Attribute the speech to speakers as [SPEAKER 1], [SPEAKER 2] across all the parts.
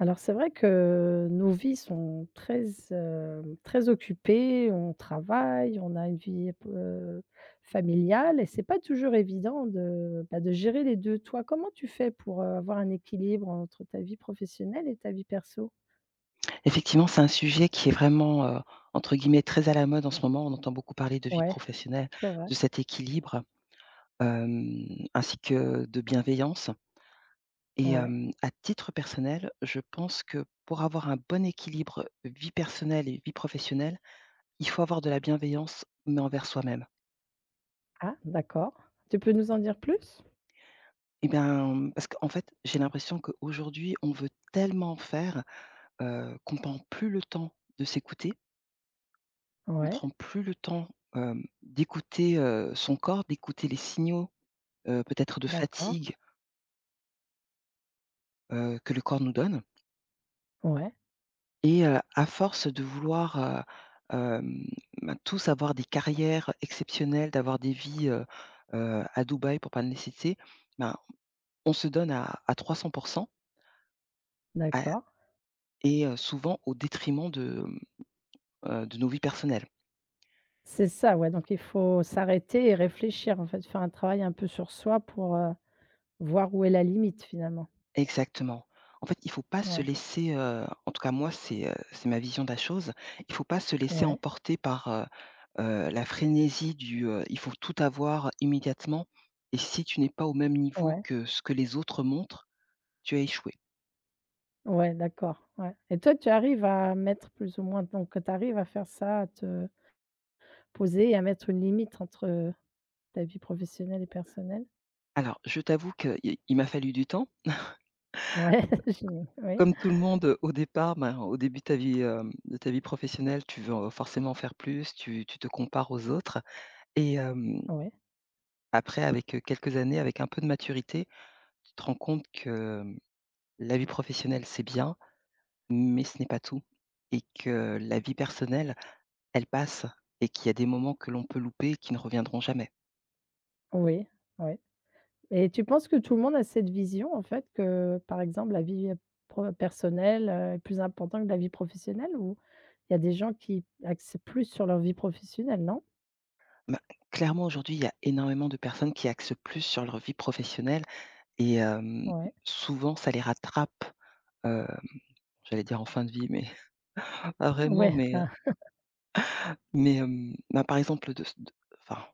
[SPEAKER 1] Alors c'est vrai que nos vies sont très, très occupées, on travaille, on a une vie p familiale et c'est pas toujours évident, bah, de gérer les 2. Toi, comment tu fais pour, avoir un équilibre entre ta vie professionnelle et ta vie perso?
[SPEAKER 2] Effectivement, c'est un sujet qui est vraiment, entre guillemets «très à la mode» en ce moment. On entend beaucoup parler de vie
[SPEAKER 1] Ouais,
[SPEAKER 2] professionnelle,
[SPEAKER 1] c'est vrai.
[SPEAKER 2] de cet équilibre, ainsi que de bienveillance et
[SPEAKER 1] Ouais.
[SPEAKER 2] à titre personnel, je pense que pour avoir un bon équilibre vie personnelle et vie professionnelle, il faut avoir de la bienveillance, mais envers soi-même.
[SPEAKER 1] Ah d'accord. Tu peux nous en dire plus?
[SPEAKER 2] Et bien, parce qu'en fait, j'ai l'impression qu'aujourd'hui, on veut tellement faire, qu'on prend plus le temps de s'écouter. On
[SPEAKER 1] Ouais,
[SPEAKER 2] prend plus le temps, d'écouter, son corps, d'écouter les signaux, peut-être de
[SPEAKER 1] d'accord.
[SPEAKER 2] fatigue, que le corps nous donne.
[SPEAKER 1] Ouais,
[SPEAKER 2] Et à force de vouloir, heu, hem, ben, tous avoir des carrières exceptionnelles, d'avoir des vies, à Dubaï pour pas ne les citer, ben, on se donne à 300 à
[SPEAKER 1] d'accord.
[SPEAKER 2] et souvent au détriment de, de nos vies personnelles.
[SPEAKER 1] C'est ça, ouais, donc il faut s'arrêter et réfléchir en fait, faire un travail un peu sur soi pour, voir où est la limite finalement.
[SPEAKER 2] Exactement. En fait, il faut pas se
[SPEAKER 1] Ouais,
[SPEAKER 2] laisser, en tout cas moi c'est ma vision de la chose. Il faut pas se laisser
[SPEAKER 1] ouais,
[SPEAKER 2] emporter par, la frénésie du, «Il faut tout avoir immédiatement». Et si tu n'es pas au même niveau
[SPEAKER 1] ouais,
[SPEAKER 2] que ce que les autres montrent, tu as échoué.
[SPEAKER 1] ouais, d'accord, ouais, et toi, tu arrives à mettre plus ou moins, donc tu arrives à faire ça, à te poser et à mettre une limite entre ta vie professionnelle et personnelle?
[SPEAKER 2] Alors je t'avoue qu'il il m'a fallu du temps.
[SPEAKER 1] Ouais, j'im oui,
[SPEAKER 2] Comme tout le monde, au départ, ben, au début de ta vie professionnelle, tu veux, forcément faire plus, tu te compares aux autres. Et
[SPEAKER 1] oui,
[SPEAKER 2] après avec, quelques années, avec un peu de maturité, tu te rends compte que la vie professionnelle, c'est bien, mais ce n'est pas tout, et que la vie personnelle, elle passe, et qu'il y a des moments que l'on peut louper et qui ne reviendront jamais.
[SPEAKER 1] oui, oui, et tu penses que tout le monde a cette vision, en fait, que, par exemple, la vie pro personnelle, est plus importante que la vie professionnelle, ou il y a des gens qui axent plus sur leur vie professionnelle, non?
[SPEAKER 2] Ben, clairement, aujourd'hui, il y a énormément de personnes qui axent plus sur leur vie professionnelle. Et
[SPEAKER 1] Ouais,
[SPEAKER 2] souvent ça les rattrape, heu, j'allais dire en fin de vie, mais pas vraiment,
[SPEAKER 1] ouais,
[SPEAKER 2] mais,
[SPEAKER 1] enfin,
[SPEAKER 2] ben, par exemple, de enfin,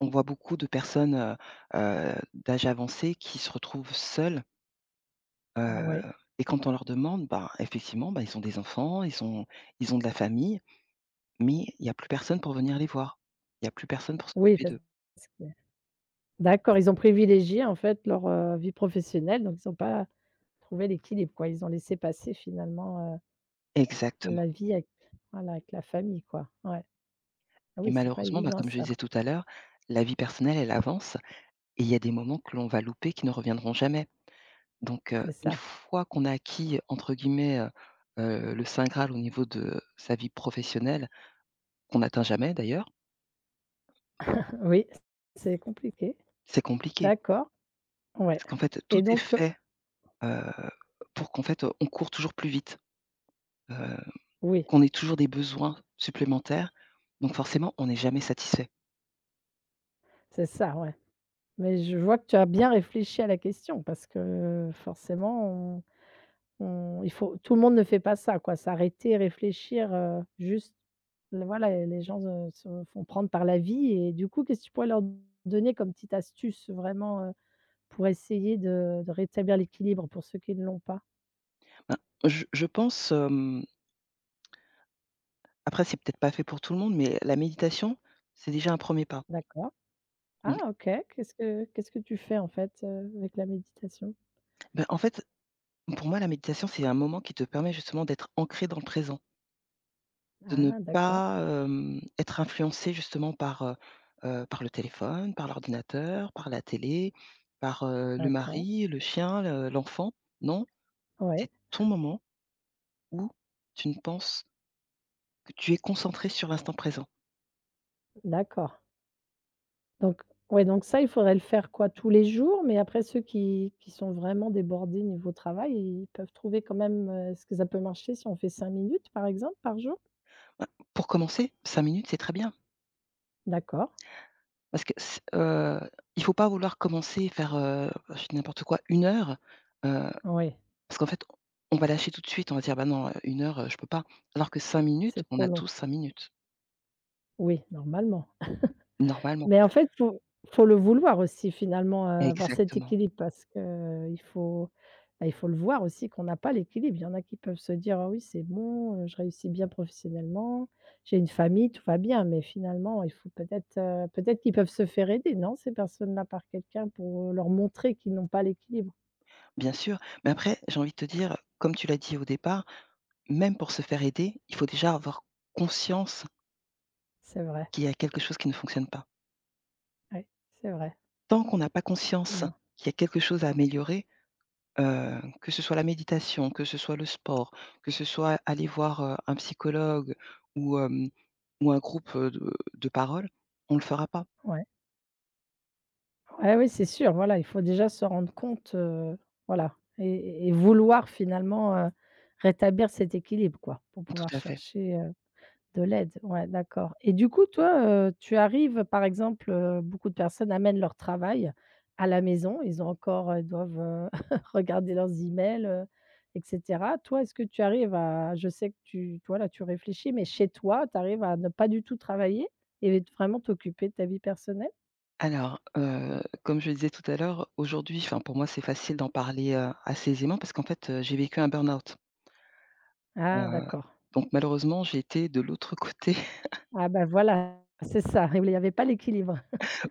[SPEAKER 2] on voit beaucoup de personnes, d'âge avancé qui se retrouvent seules. Heu
[SPEAKER 1] ouais,
[SPEAKER 2] et quand on leur demande, bah, effectivement, bah, ils ont des enfants, ils ont de la famille, mais il n'y a plus personne pour venir les voir. Il n'y a plus personne pour
[SPEAKER 1] oui,
[SPEAKER 2] s'occuper
[SPEAKER 1] parce
[SPEAKER 2] d'eux.
[SPEAKER 1] d'accord, ils ont privilégié en fait leur, vie professionnelle, donc ils ont pas trouvé l'équilibre quoi. Ils ont laissé passer finalement,
[SPEAKER 2] Exactement.
[SPEAKER 1] la vie avec, voilà, avec la famille quoi. Ouais. Ah
[SPEAKER 2] Et
[SPEAKER 1] oui, c'est pas
[SPEAKER 2] malheureusement, bah,
[SPEAKER 1] évident
[SPEAKER 2] comme je
[SPEAKER 1] ça.
[SPEAKER 2] disais tout à l'heure, la vie personnelle, elle avance, et il y a des moments que l'on va louper qui ne reviendront jamais. Donc
[SPEAKER 1] C'est
[SPEAKER 2] une
[SPEAKER 1] ça.
[SPEAKER 2] fois qu'on a acquis entre guillemets, le saint graal au niveau de sa vie professionnelle, qu'on n'atteint jamais d'ailleurs,
[SPEAKER 1] Oui, c'est compliqué.
[SPEAKER 2] c'est compliqué.
[SPEAKER 1] D'accord, ouais,
[SPEAKER 2] Parce qu'en fait, tout
[SPEAKER 1] et
[SPEAKER 2] est
[SPEAKER 1] donc,
[SPEAKER 2] fait, heu, pour qu'en fait, on court toujours plus vite, heu
[SPEAKER 1] oui,
[SPEAKER 2] qu'on ait toujours des besoins supplémentaires, donc forcément, on n'est jamais satisfait.
[SPEAKER 1] c'est ça, ouais, mais je vois que tu as bien réfléchi à la question, parce que forcément, on on il faut tout le monde ne fait pas ça quoi, s'arrêter, réfléchir, juste le voilà, les gens, se font prendre par la vie, et du coup, qu'est-ce que tu pourrais leur donner comme petite astuce vraiment, pour essayer de rétablir l'équilibre pour ceux qui ne l'ont pas?
[SPEAKER 2] Ben, je pense, après c'est peut-être pas fait pour tout le monde, mais la méditation, c'est déjà un premier pas.
[SPEAKER 1] D'accord. Ah
[SPEAKER 2] Donc,
[SPEAKER 1] OK. Qu'est-ce que tu fais en fait, avec la méditation?
[SPEAKER 2] ben, en fait, pour moi, la méditation, c'est un moment qui te permet justement d'être ancré dans le présent. De ne
[SPEAKER 1] Ah d'accord,
[SPEAKER 2] pas, être influencé justement par le téléphone, par l'ordinateur, par la télé, par, le
[SPEAKER 1] d'accord.
[SPEAKER 2] mari, le chien, le l'enfant. Non,
[SPEAKER 1] Ouais,
[SPEAKER 2] c'est ton moment où tu ne penses que tu es concentré sur l'instant présent.
[SPEAKER 1] d'accord. Donc ouais, donc ça, il faudrait le faire quoi? Tous les jours? Mais après, ceux qui sont vraiment débordés niveau travail, ils peuvent trouver quand même, est-ce que ça peut marcher si on fait 5 minutes, par exemple, par jour?
[SPEAKER 2] Bah, pour commencer, 5 minutes, c'est très bien.
[SPEAKER 1] D'accord,
[SPEAKER 2] Parce que c Il faut pas vouloir commencer et faire, je dis n'importe quoi, 1 heure, heu,
[SPEAKER 1] oui,
[SPEAKER 2] parce qu'en fait, on va lâcher tout de suite, on va dire: «Bah non, 1 heure, je peux pas». Alors que 5 minutes,
[SPEAKER 1] c'est
[SPEAKER 2] on
[SPEAKER 1] trop
[SPEAKER 2] a
[SPEAKER 1] long.
[SPEAKER 2] tous 5 minutes,
[SPEAKER 1] Oui, normalement.
[SPEAKER 2] normalement.
[SPEAKER 1] Mais en fait, faut le vouloir aussi finalement, avoir cet
[SPEAKER 2] Exactement.
[SPEAKER 1] équilibre, parce qu'il faut, bah, il faut le voir aussi qu'on n'a pas l'équilibre. Il y en a qui peuvent se dire: «Ah oui, c'est bon, je réussis bien professionnellement, j'ai une famille, tout va bien». Mais finalement, il faut peut-être qu'ils peuvent se faire aider, non, ces personnes-là, par quelqu'un pour, leur montrer qu'ils n'ont pas l'équilibre?
[SPEAKER 2] Bien sûr, mais après, j'ai envie de te dire, comme tu l'as dit au départ, même pour se faire aider, il faut déjà avoir conscience
[SPEAKER 1] C'est vrai,
[SPEAKER 2] qu'il y a quelque chose qui ne fonctionne pas.
[SPEAKER 1] ouais, c'est vrai,
[SPEAKER 2] Tant qu'on n'a pas conscience
[SPEAKER 1] effectivement,
[SPEAKER 2] qu'il y a quelque chose à améliorer, que ce soit la méditation, que ce soit le sport, que ce soit aller voir, un psychologue ou hem, ou un groupe, de parole, on ne le fera pas.
[SPEAKER 1] ouais. Ah oui, c'est sûr, voilà, il faut déjà se rendre compte, voilà, et vouloir finalement, rétablir cet équilibre quoi, pour pouvoir
[SPEAKER 2] Tout à fait.
[SPEAKER 1] chercher, de l'aide. Ouais, d'accord, et du coup toi, tu arrives par exemple, beaucoup de personnes amènent leur travail à la maison, ils ont encore, ils doivent, regarder leurs emails, et cetera. Toi, est-ce que tu arrives à je sais que tu toi là, tu réfléchis, mais chez toi, tu arrives à ne pas du tout travailler et vraiment t'occuper de ta vie personnelle?
[SPEAKER 2] Alors, comme je le disais tout à l'heure, aujourd'hui, enfin, pour moi, c'est facile d'en parler, assez aisément parce qu'en fait, j'ai vécu un burn-out.
[SPEAKER 1] Ah
[SPEAKER 2] Heu,
[SPEAKER 1] d'accord.
[SPEAKER 2] donc malheureusement, j'ai été de l'autre côté
[SPEAKER 1] Ah bah, voilà, c'est ça, il y avait pas l'équilibre.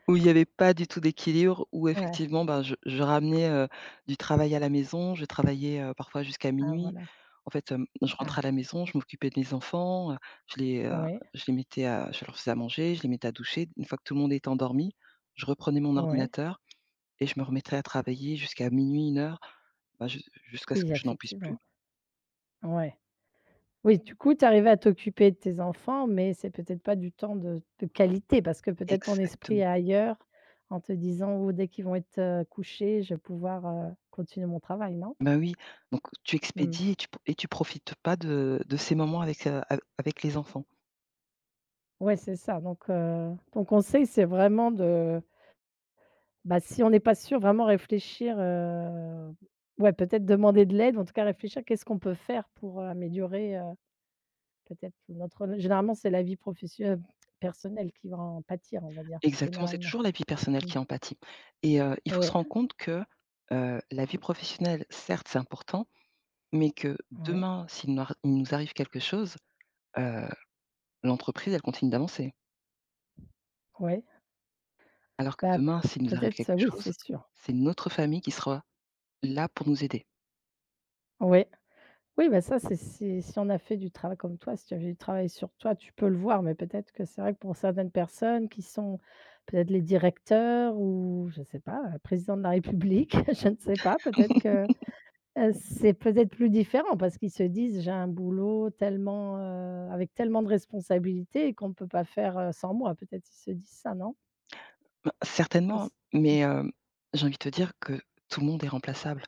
[SPEAKER 2] où il y avait pas du tout d'équilibre, où
[SPEAKER 1] Ouais,
[SPEAKER 2] effectivement, ben, je ramenais, du travail à la maison. Je travaillais, parfois jusqu'à
[SPEAKER 1] ah
[SPEAKER 2] minuit.
[SPEAKER 1] voilà.
[SPEAKER 2] En fait, je
[SPEAKER 1] Ah,
[SPEAKER 2] rentrais à la maison, je m'occupais de mes enfants, je les, heu,
[SPEAKER 1] ouais,
[SPEAKER 2] je leur faisais à manger, je les mettais à doucher. Une fois que tout le monde était endormi, je reprenais mon
[SPEAKER 1] ouais.
[SPEAKER 2] ordinateur et je me remettrais à travailler jusqu'à 00:00-01:00, bah, jusqu'à ce que
[SPEAKER 1] Oui,
[SPEAKER 2] je n'en puisse plus.
[SPEAKER 1] effectivement, ouais. Oui, du coup, tu arrivais à t'occuper de tes enfants, mais c'est peut-être pas du temps de qualité, parce que peut-être ton esprit
[SPEAKER 2] Exactement.
[SPEAKER 1] est ailleurs en te disant: «Oh, dès qu'ils vont être, couchés, je vais pouvoir, continuer mon travail», non?
[SPEAKER 2] Bah, oui, donc tu
[SPEAKER 1] Mmh.
[SPEAKER 2] expédies et tu p tu profites pas de ces moments avec les enfants.
[SPEAKER 1] Ouais, c'est ça, donc ton conseil, c'est vraiment de. Bah, si on n'est pas sûr, vraiment réfléchir, ouais, peut-être demander de l'aide, en tout cas réfléchir, qu'est-ce qu'on peut faire pour, améliorer, peut-être notre généralement, c'est la vie professionnelle personnelle qui va en pâtir, on va dire,
[SPEAKER 2] Exactement, c'est
[SPEAKER 1] généralement.
[SPEAKER 2] toujours la vie personnelle
[SPEAKER 1] Mmh.
[SPEAKER 2] qui en pâtit. Et il faut se
[SPEAKER 1] Ouais,
[SPEAKER 2] rendre compte que, la vie professionnelle, certes, c'est important, mais que
[SPEAKER 1] ouais,
[SPEAKER 2] demain, s'il nous ar il nous arrive quelque chose, heu, l'entreprise, elle continue d'avancer.
[SPEAKER 1] ouais.
[SPEAKER 2] Alors que
[SPEAKER 1] Bah,
[SPEAKER 2] demain, s'il nous arrive
[SPEAKER 1] peut-être,
[SPEAKER 2] quelque
[SPEAKER 1] oui,
[SPEAKER 2] chose,
[SPEAKER 1] c'est sûr.
[SPEAKER 2] c'est notre famille qui sera là pour nous aider.
[SPEAKER 1] Oui. Oui, bah, ça, c'est si on a fait du travail comme toi, si tu as fait du travail sur toi, tu peux le voir, mais peut-être que c'est vrai que pour certaines personnes qui sont peut-être les directeurs ou je ne sais pas, président de la République, je ne sais pas, peut-être que, c'est peut-être plus différent parce qu'ils se disent: «J'ai un boulot tellement, avec tellement de responsabilités qu'on ne peut pas faire, sans moi». Peut-être ils se disent ça, non?
[SPEAKER 2] Ben,
[SPEAKER 1] C'est
[SPEAKER 2] certainement,
[SPEAKER 1] possible.
[SPEAKER 2] mais j'ai envie de te dire que tout le monde est remplaçable.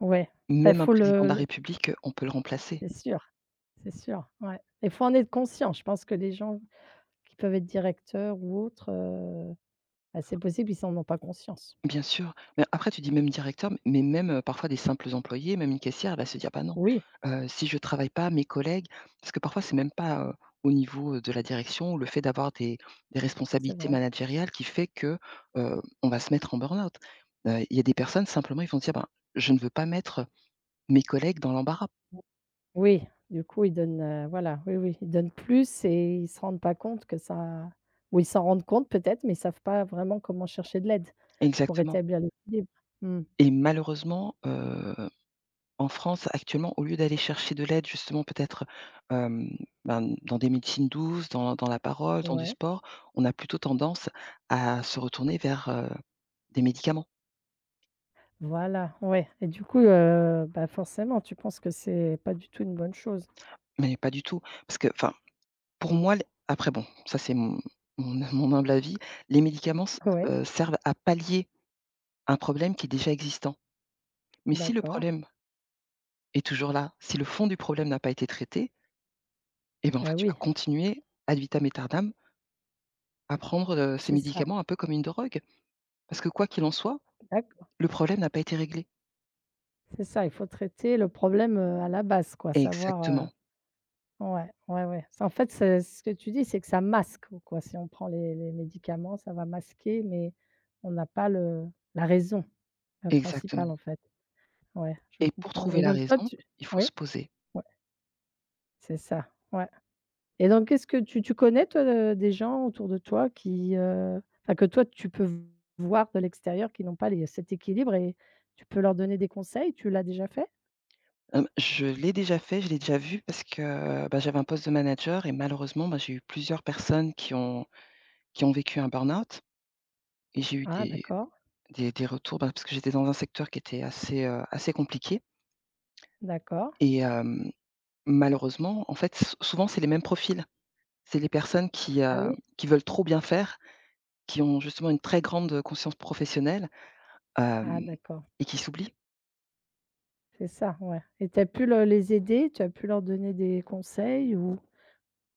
[SPEAKER 1] Ouais, Il
[SPEAKER 2] Même un
[SPEAKER 1] faut
[SPEAKER 2] président de la
[SPEAKER 1] le
[SPEAKER 2] République, on peut le remplacer.
[SPEAKER 1] c'est sûr, c'est sûr, ouais. Il faut en être conscient. Je pense que les gens qui peuvent être directeurs ou autres, bah, c'est possible, ils en ont pas conscience.
[SPEAKER 2] Bien sûr, mais après tu dis même directeur, mais même, parfois des simples employés, même une caissière, elle va se dire: «Bah non,
[SPEAKER 1] Oui,
[SPEAKER 2] si je travaille pas, mes collègues» parce que parfois c'est même pas, au niveau de la direction, ou le fait d'avoir des
[SPEAKER 1] c'est
[SPEAKER 2] responsabilités
[SPEAKER 1] vrai.
[SPEAKER 2] managériales qui fait que, on va se mettre en burn-out. Il y a des personnes simplement, ils vont se dire: «Bah, je ne veux pas mettre mes collègues dans l'embarras».
[SPEAKER 1] Oui, du coup, ils donnent, voilà, oui, oui, ils donnent plus et ils se rendent pas compte que ça, ou ils s'en rendent compte peut-être, mais ils savent pas vraiment comment chercher de l'aide pour
[SPEAKER 2] Exactement.
[SPEAKER 1] rétablir l'équilibre. Mmh,
[SPEAKER 2] Et malheureusement, en France, actuellement, au lieu d'aller chercher de l'aide justement peut-être, hem, ben, dans des médecines douces, dans la parole, dans du
[SPEAKER 1] ouais,
[SPEAKER 2] sport, on a plutôt tendance à se retourner vers, des médicaments.
[SPEAKER 1] voilà, ouais, et du coup, bah, forcément, tu penses que c'est pas du tout une bonne chose?
[SPEAKER 2] Mais pas du tout, parce que enfin, pour moi, l après bon, ça c'est mon mon humble avis. Les médicaments s
[SPEAKER 1] Ouais,
[SPEAKER 2] servent à pallier un problème qui est déjà existant. Mais si le
[SPEAKER 1] d'accord.
[SPEAKER 2] problème est toujours là, si le fond du problème n'a pas été traité, eh ben, en
[SPEAKER 1] Bah,
[SPEAKER 2] fait, tu vas
[SPEAKER 1] oui,
[SPEAKER 2] continuer ad vitam aeternam à prendre, ces
[SPEAKER 1] c'est ça,
[SPEAKER 2] médicaments un peu comme une drogue. Parce que quoi qu'il en soit,
[SPEAKER 1] d'accord,
[SPEAKER 2] le problème n'a pas été réglé.
[SPEAKER 1] c'est ça, il faut traiter le problème, à la base quoi, savoir.
[SPEAKER 2] Exactement,
[SPEAKER 1] Ouais, ouais, ouais. C'est en fait, c'est ce que tu dis, c'est que ça masque ou quoi. Si on prend les médicaments, ça va masquer, mais on n'a pas le la raison, la principale,
[SPEAKER 2] exactement.
[SPEAKER 1] en fait. Ouais, je
[SPEAKER 2] Et pour
[SPEAKER 1] comprends,
[SPEAKER 2] trouver
[SPEAKER 1] et
[SPEAKER 2] la
[SPEAKER 1] donc toi,
[SPEAKER 2] raison,
[SPEAKER 1] tu
[SPEAKER 2] il faut
[SPEAKER 1] oui?
[SPEAKER 2] se poser.
[SPEAKER 1] Ouais, c'est ça, ouais. Et donc qu'est-ce que tu connais toi, des gens autour de toi qui, enfin que toi tu peux voir de l'extérieur, qui n'ont pas les cet équilibre, et tu peux leur donner des conseils? Tu l'as déjà fait?
[SPEAKER 2] Je l'ai déjà fait, je l'ai déjà vu parce que, bah, j'avais un poste de manager. Et malheureusement, bah, j'ai eu plusieurs personnes qui ont vécu un burn-out, et j'ai eu
[SPEAKER 1] Ah
[SPEAKER 2] des
[SPEAKER 1] d'accord,
[SPEAKER 2] des des retours, bah, parce que j'étais dans un secteur qui était assez compliqué.
[SPEAKER 1] d'accord.
[SPEAKER 2] Et malheureusement, en fait, s souvent, c'est les mêmes profils. C'est les personnes qui,
[SPEAKER 1] Ah
[SPEAKER 2] heu,
[SPEAKER 1] oui?
[SPEAKER 2] qui veulent trop bien faire, qui ont justement une très grande, conscience professionnelle,
[SPEAKER 1] Ah
[SPEAKER 2] hem
[SPEAKER 1] d'accord,
[SPEAKER 2] et qui s'oublient.
[SPEAKER 1] c'est ça, ouais, et tu as pu le les aider? Tu as pu leur donner des conseils ou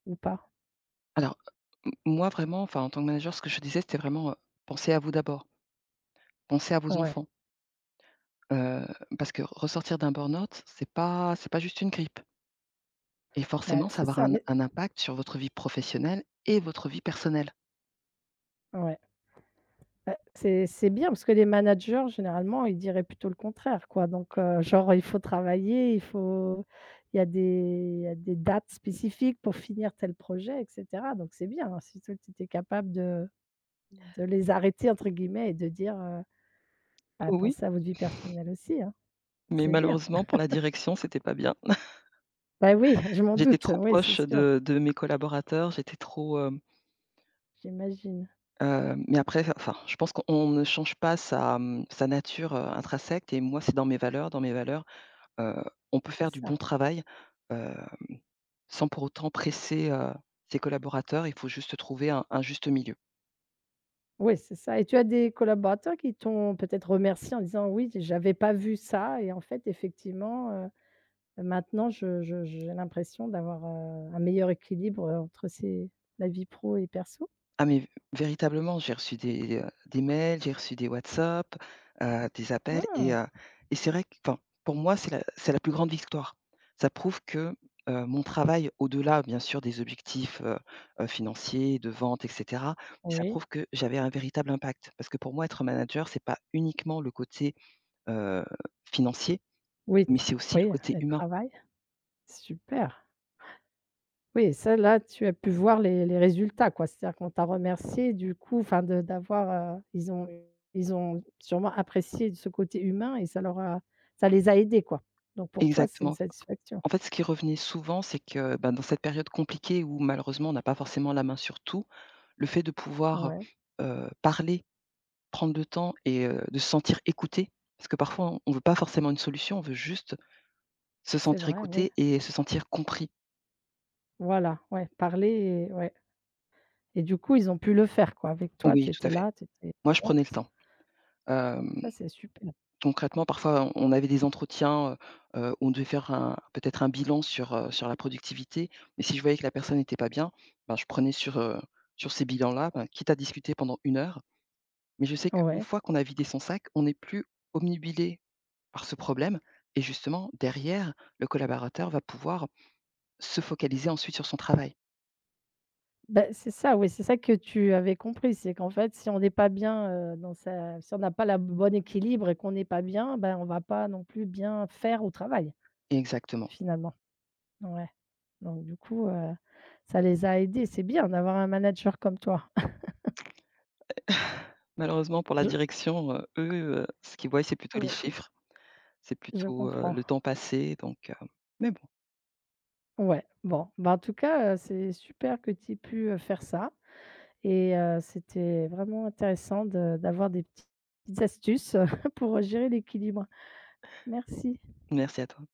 [SPEAKER 1] ou pas?
[SPEAKER 2] Alors, m moi vraiment, enfin en tant que manager, ce que je disais, c'était vraiment, pensez à vous d'abord, pensez à vos
[SPEAKER 1] Ouais,
[SPEAKER 2] enfants, heu, parce que ressortir d'un burn-out, c'est pas juste une grippe, et
[SPEAKER 1] bah,
[SPEAKER 2] forcément ça
[SPEAKER 1] c'est
[SPEAKER 2] va avoir
[SPEAKER 1] ça,
[SPEAKER 2] un
[SPEAKER 1] mais
[SPEAKER 2] un impact sur votre vie professionnelle et votre vie personnelle.
[SPEAKER 1] ouais. Bah, c'est bien parce que les managers généralement, ils diraient plutôt le contraire quoi, donc genre, il faut travailler, il y a des dates spécifiques pour finir tel projet et cetera, donc c'est bien, hein, si toi tu étais capable de «les arrêter» entre guillemets et de dire, «Bah,
[SPEAKER 2] Oui,
[SPEAKER 1] pensez à votre vie personnelle aussi, hein».
[SPEAKER 2] mais
[SPEAKER 1] C'est bien.
[SPEAKER 2] malheureusement pour la direction, c'était pas bien.
[SPEAKER 1] Bah, oui, je m'en
[SPEAKER 2] J'étais
[SPEAKER 1] doute,
[SPEAKER 2] trop
[SPEAKER 1] oui, c'est
[SPEAKER 2] proche
[SPEAKER 1] sûr,
[SPEAKER 2] de mes collaborateurs,
[SPEAKER 1] j'imagine,
[SPEAKER 2] mais après enfin, je pense qu'on ne change pas sa nature, intrinsèque. Et moi, c'est dans mes valeurs, dans mes valeurs, heu, on peut
[SPEAKER 1] c'est
[SPEAKER 2] faire du
[SPEAKER 1] ça.
[SPEAKER 2] bon travail, sans pour autant presser, ses collaborateurs. Il faut juste trouver un juste milieu.
[SPEAKER 1] Oui, c'est ça, et tu as des collaborateurs qui t'ont peut-être remercié en disant: «Oui, j'avais pas vu ça», et en fait effectivement, maintenant, je j'ai l'impression d'avoir, un meilleur équilibre, entre ces la vie pro et perso.
[SPEAKER 2] Ah mais véritablement, j'ai reçu des mails, j'ai reçu des WhatsApp, des appels et
[SPEAKER 1] Ah!
[SPEAKER 2] heu et c'est vrai que enfin, pour moi, c'est la plus grande victoire. Ça prouve que, mon travail au-delà bien sûr des objectifs, financiers, de vente et cetera, ça
[SPEAKER 1] Oui.
[SPEAKER 2] prouve que j'avais un véritable impact. Parce que pour moi, être manager, c'est pas uniquement le côté, heu, financier,
[SPEAKER 1] Oui,
[SPEAKER 2] mais
[SPEAKER 1] tra
[SPEAKER 2] c'est aussi le
[SPEAKER 1] oui,
[SPEAKER 2] côté
[SPEAKER 1] le
[SPEAKER 2] humain.
[SPEAKER 1] travail. Super. Oui, ça, là, tu as pu voir les résultats, quoi. C'est-à-dire qu'on t'a remercié du coup, enfin de d'avoir, ils ont sûrement apprécié ce côté humain, et ça les a aidés, quoi. Donc pour toi, c'est une
[SPEAKER 2] Exactement.
[SPEAKER 1] satisfaction.
[SPEAKER 2] En fait, ce qui revenait souvent, c'est que, ben, dans cette période compliquée où malheureusement on n'a pas forcément la main sur tout, le fait de pouvoir,
[SPEAKER 1] Ouais,
[SPEAKER 2] parler, prendre le temps, et de se sentir écouté, parce que parfois on ne veut pas forcément une solution, on veut juste se
[SPEAKER 1] c'est
[SPEAKER 2] sentir
[SPEAKER 1] vrai, oui.
[SPEAKER 2] écouté et se sentir compris.
[SPEAKER 1] Voilà, ouais, parler, et ouais. Et du coup, ils ont pu le faire quoi. Avec toi, tu
[SPEAKER 2] Oui, tout à
[SPEAKER 1] étais
[SPEAKER 2] fait.
[SPEAKER 1] là, tu étais
[SPEAKER 2] Moi, je prenais le
[SPEAKER 1] forte.
[SPEAKER 2] temps. Hem,
[SPEAKER 1] Ça, c'est super.
[SPEAKER 2] Concrètement, parfois on avait des entretiens, où on devait faire un peut-être un bilan sur la productivité, mais si je voyais que la personne n'était pas bien, ben, je prenais sur ces bilans-là, ben, quitte à discuter pendant 1 heure. Mais je sais qu'une
[SPEAKER 1] Ouais.
[SPEAKER 2] fois qu'on a vidé son sac, on n'est plus obnubilé par ce problème, et justement derrière, le collaborateur va pouvoir se focaliser ensuite sur son travail.
[SPEAKER 1] Bah, c'est ça, oui, c'est ça que tu avais compris. C'est qu'en fait, si on n'est pas bien, dans sa si on n'a pas la bonne équilibre et qu'on n'est pas bien, ben, on va pas non plus bien faire au travail,
[SPEAKER 2] Exactement.
[SPEAKER 1] finalement. Ouais. Donc du coup, ça les a aidés. C'est bien d'avoir un manager comme toi.
[SPEAKER 2] Malheureusement pour la
[SPEAKER 1] Je
[SPEAKER 2] direction, eux, ce qu'ils voient, c'est plutôt les
[SPEAKER 1] Oui,
[SPEAKER 2] chiffres, c'est
[SPEAKER 1] je
[SPEAKER 2] plutôt,
[SPEAKER 1] comprends.
[SPEAKER 2] le temps passé, mais bon,
[SPEAKER 1] Ouais, bon, bah, en tout cas, c'est super que tu aies pu, faire ça. Et c'était vraiment intéressant de d'avoir des petites astuces pour gérer l'équilibre. Merci.
[SPEAKER 2] merci à toi.